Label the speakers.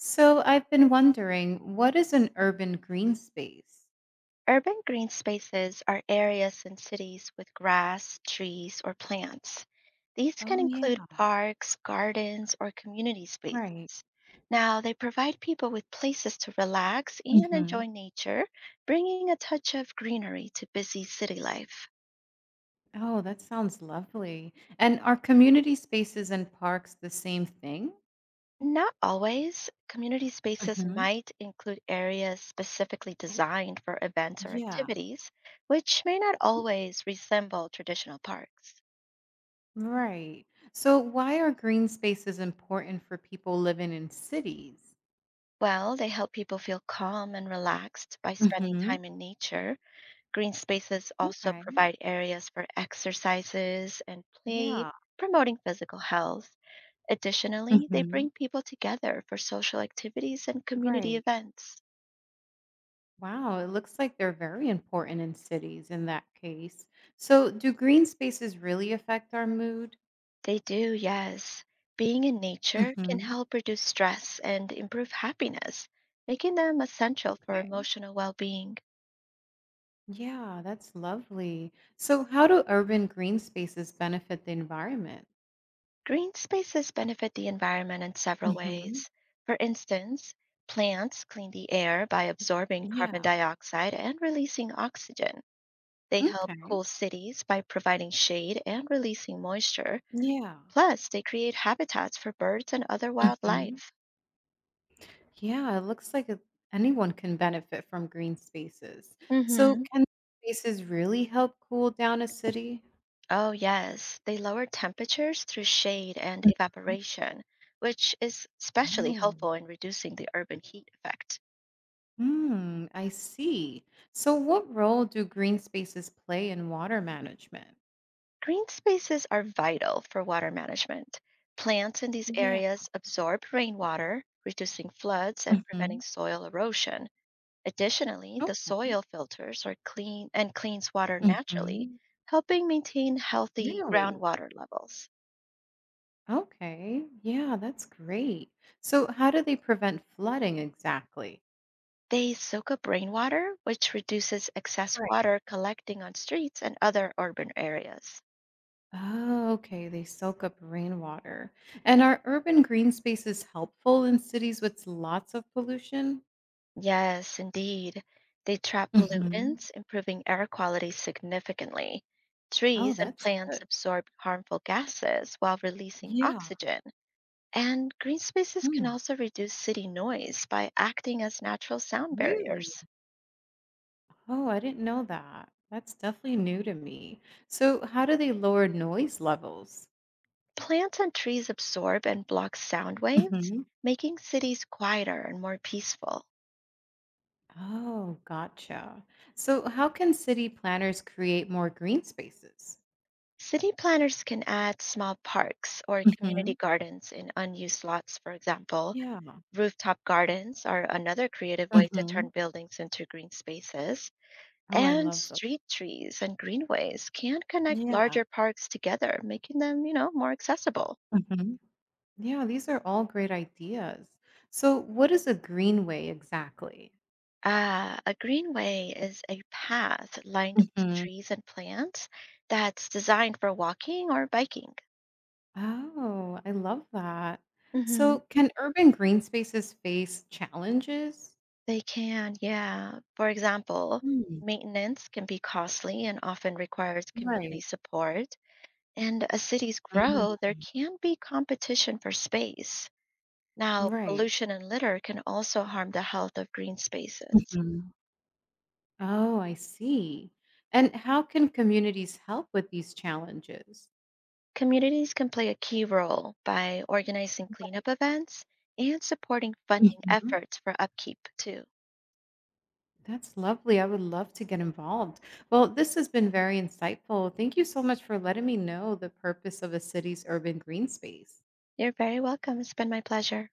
Speaker 1: So I've been wondering, what is an urban green space?
Speaker 2: Urban green spaces are areas in cities with grass, trees, or plants. These can
Speaker 1: Oh, yeah,
Speaker 2: include parks, gardens, or community
Speaker 1: right.
Speaker 2: spaces. Now, they provide people with places to relax and enjoy
Speaker 1: hmm
Speaker 2: nature, bringing a touch of greenery to busy city life.
Speaker 1: Oh, that sounds lovely. And are community spaces and parks the same thing?
Speaker 2: Not always. Community spaces
Speaker 1: hmm
Speaker 2: might include areas specifically designed for events or
Speaker 1: Yeah.
Speaker 2: activities, which may not always resemble traditional parks.
Speaker 1: Right. So why are green spaces important for people living in cities?
Speaker 2: Well, they help people feel calm and relaxed by spending
Speaker 1: hmm
Speaker 2: time in nature. Green spaces also
Speaker 1: Okay.
Speaker 2: provide areas for exercises and play,
Speaker 1: Yeah.
Speaker 2: promoting physical health. Additionally, they
Speaker 1: hmm
Speaker 2: bring people together for social activities and community
Speaker 1: Right.
Speaker 2: events.
Speaker 1: Wow, it looks like they're very important in cities in that case. So do green spaces really affect our mood?
Speaker 2: They do, yes. Being in nature can
Speaker 1: Mhm.
Speaker 2: help reduce stress and improve happiness, making them essential for
Speaker 1: Okay.
Speaker 2: emotional well being.
Speaker 1: Yeah, that's lovely. So how do urban green spaces benefit the environment?
Speaker 2: Green spaces benefit the environment in several
Speaker 1: Mhm.
Speaker 2: ways. For instance, plants clean the air by absorbing carbon
Speaker 1: Yeah.
Speaker 2: dioxide and releasing oxygen. They help
Speaker 1: Okay.
Speaker 2: cool cities by providing shade and releasing moisture.
Speaker 1: Yeah.
Speaker 2: Plus, they create habitats for birds and other
Speaker 1: Mhm.
Speaker 2: wildlife.
Speaker 1: Yeah, it looks like it- anyone can benefit from green spaces. So
Speaker 2: Mm-hmm.
Speaker 1: can spaces really help cool down a city?
Speaker 2: Oh, yes, they lower temperatures through shade and
Speaker 1: Mhm.
Speaker 2: evaporation, which is especially
Speaker 1: Oh.
Speaker 2: helpful in reducing the urban heat effect.
Speaker 1: Hmm, I see. So what role do green spaces play in water management?
Speaker 2: Green spaces are vital for water management. Plants in these
Speaker 1: Yeah.
Speaker 2: areas absorb rainwater, reducing floods and preventing
Speaker 1: Mhm.
Speaker 2: soil erosion. Additionally, the
Speaker 1: Okay.
Speaker 2: soil filters are clean and cleans water naturally,
Speaker 1: Mhm.
Speaker 2: helping maintain healthy
Speaker 1: Really?
Speaker 2: groundwater levels.
Speaker 1: Okay. Yeah, that's great. So, how do they prevent flooding exactly?
Speaker 2: They soak up rainwater, which reduces excess
Speaker 1: Right.
Speaker 2: water collecting on streets and other urban areas.
Speaker 1: Oh, okay. They soak up rainwater. And are urban green spaces helpful in cities with lots of pollution?
Speaker 2: Yes, indeed. They trap
Speaker 1: hmm
Speaker 2: pollutants, improving air quality significantly.
Speaker 1: Oh,
Speaker 2: Trees and
Speaker 1: that's
Speaker 2: plants
Speaker 1: good.
Speaker 2: absorb harmful gases while releasing
Speaker 1: Yeah.
Speaker 2: oxygen. And green spaces can
Speaker 1: Mm,
Speaker 2: also reduce city noise by acting as natural sound
Speaker 1: really?
Speaker 2: barriers.
Speaker 1: Oh, I didn't know that. That's definitely new to me. So, how do they lower noise levels?
Speaker 2: Plants and trees absorb and block sound waves,
Speaker 1: hmm
Speaker 2: making cities quieter and more peaceful.
Speaker 1: Oh, gotcha. So, how can city planners create more green spaces?
Speaker 2: City planners can add small parks or community
Speaker 1: Mhm.
Speaker 2: gardens in unused lots, for example.
Speaker 1: Yeah.
Speaker 2: Rooftop gardens are another creative way to turn
Speaker 1: Mhm.
Speaker 2: buildings into green spaces.
Speaker 1: Oh, I
Speaker 2: And
Speaker 1: love those.
Speaker 2: street trees and greenways can connect
Speaker 1: Yeah.
Speaker 2: larger parks together, making them more accessible.
Speaker 1: Mhm. Yeah, these are all great ideas. So, what is a greenway exactly?
Speaker 2: A greenway is a path lined with
Speaker 1: Mhm.
Speaker 2: trees and plants that's designed for walking or biking.
Speaker 1: Oh, I love that.
Speaker 2: hmm
Speaker 1: So, can urban green spaces face challenges?
Speaker 2: They can, yeah. For example,
Speaker 1: Mm,
Speaker 2: maintenance can be costly and often requires community
Speaker 1: right.
Speaker 2: support. And as cities grow,
Speaker 1: Mhm.
Speaker 2: there can be competition for space. Now,
Speaker 1: Right.
Speaker 2: pollution and litter can also harm the health of green spaces.
Speaker 1: Mhm. Oh, I see. And how can communities help with these challenges?
Speaker 2: Communities can play a key role by organizing cleanup events and supporting funding
Speaker 1: Mhm.
Speaker 2: efforts for upkeep, too.
Speaker 1: That's lovely. I would love to get involved. Well, this has been very insightful. Thank you so much for letting me know the purpose of a city's urban green space.
Speaker 2: You're very welcome. It's been my pleasure.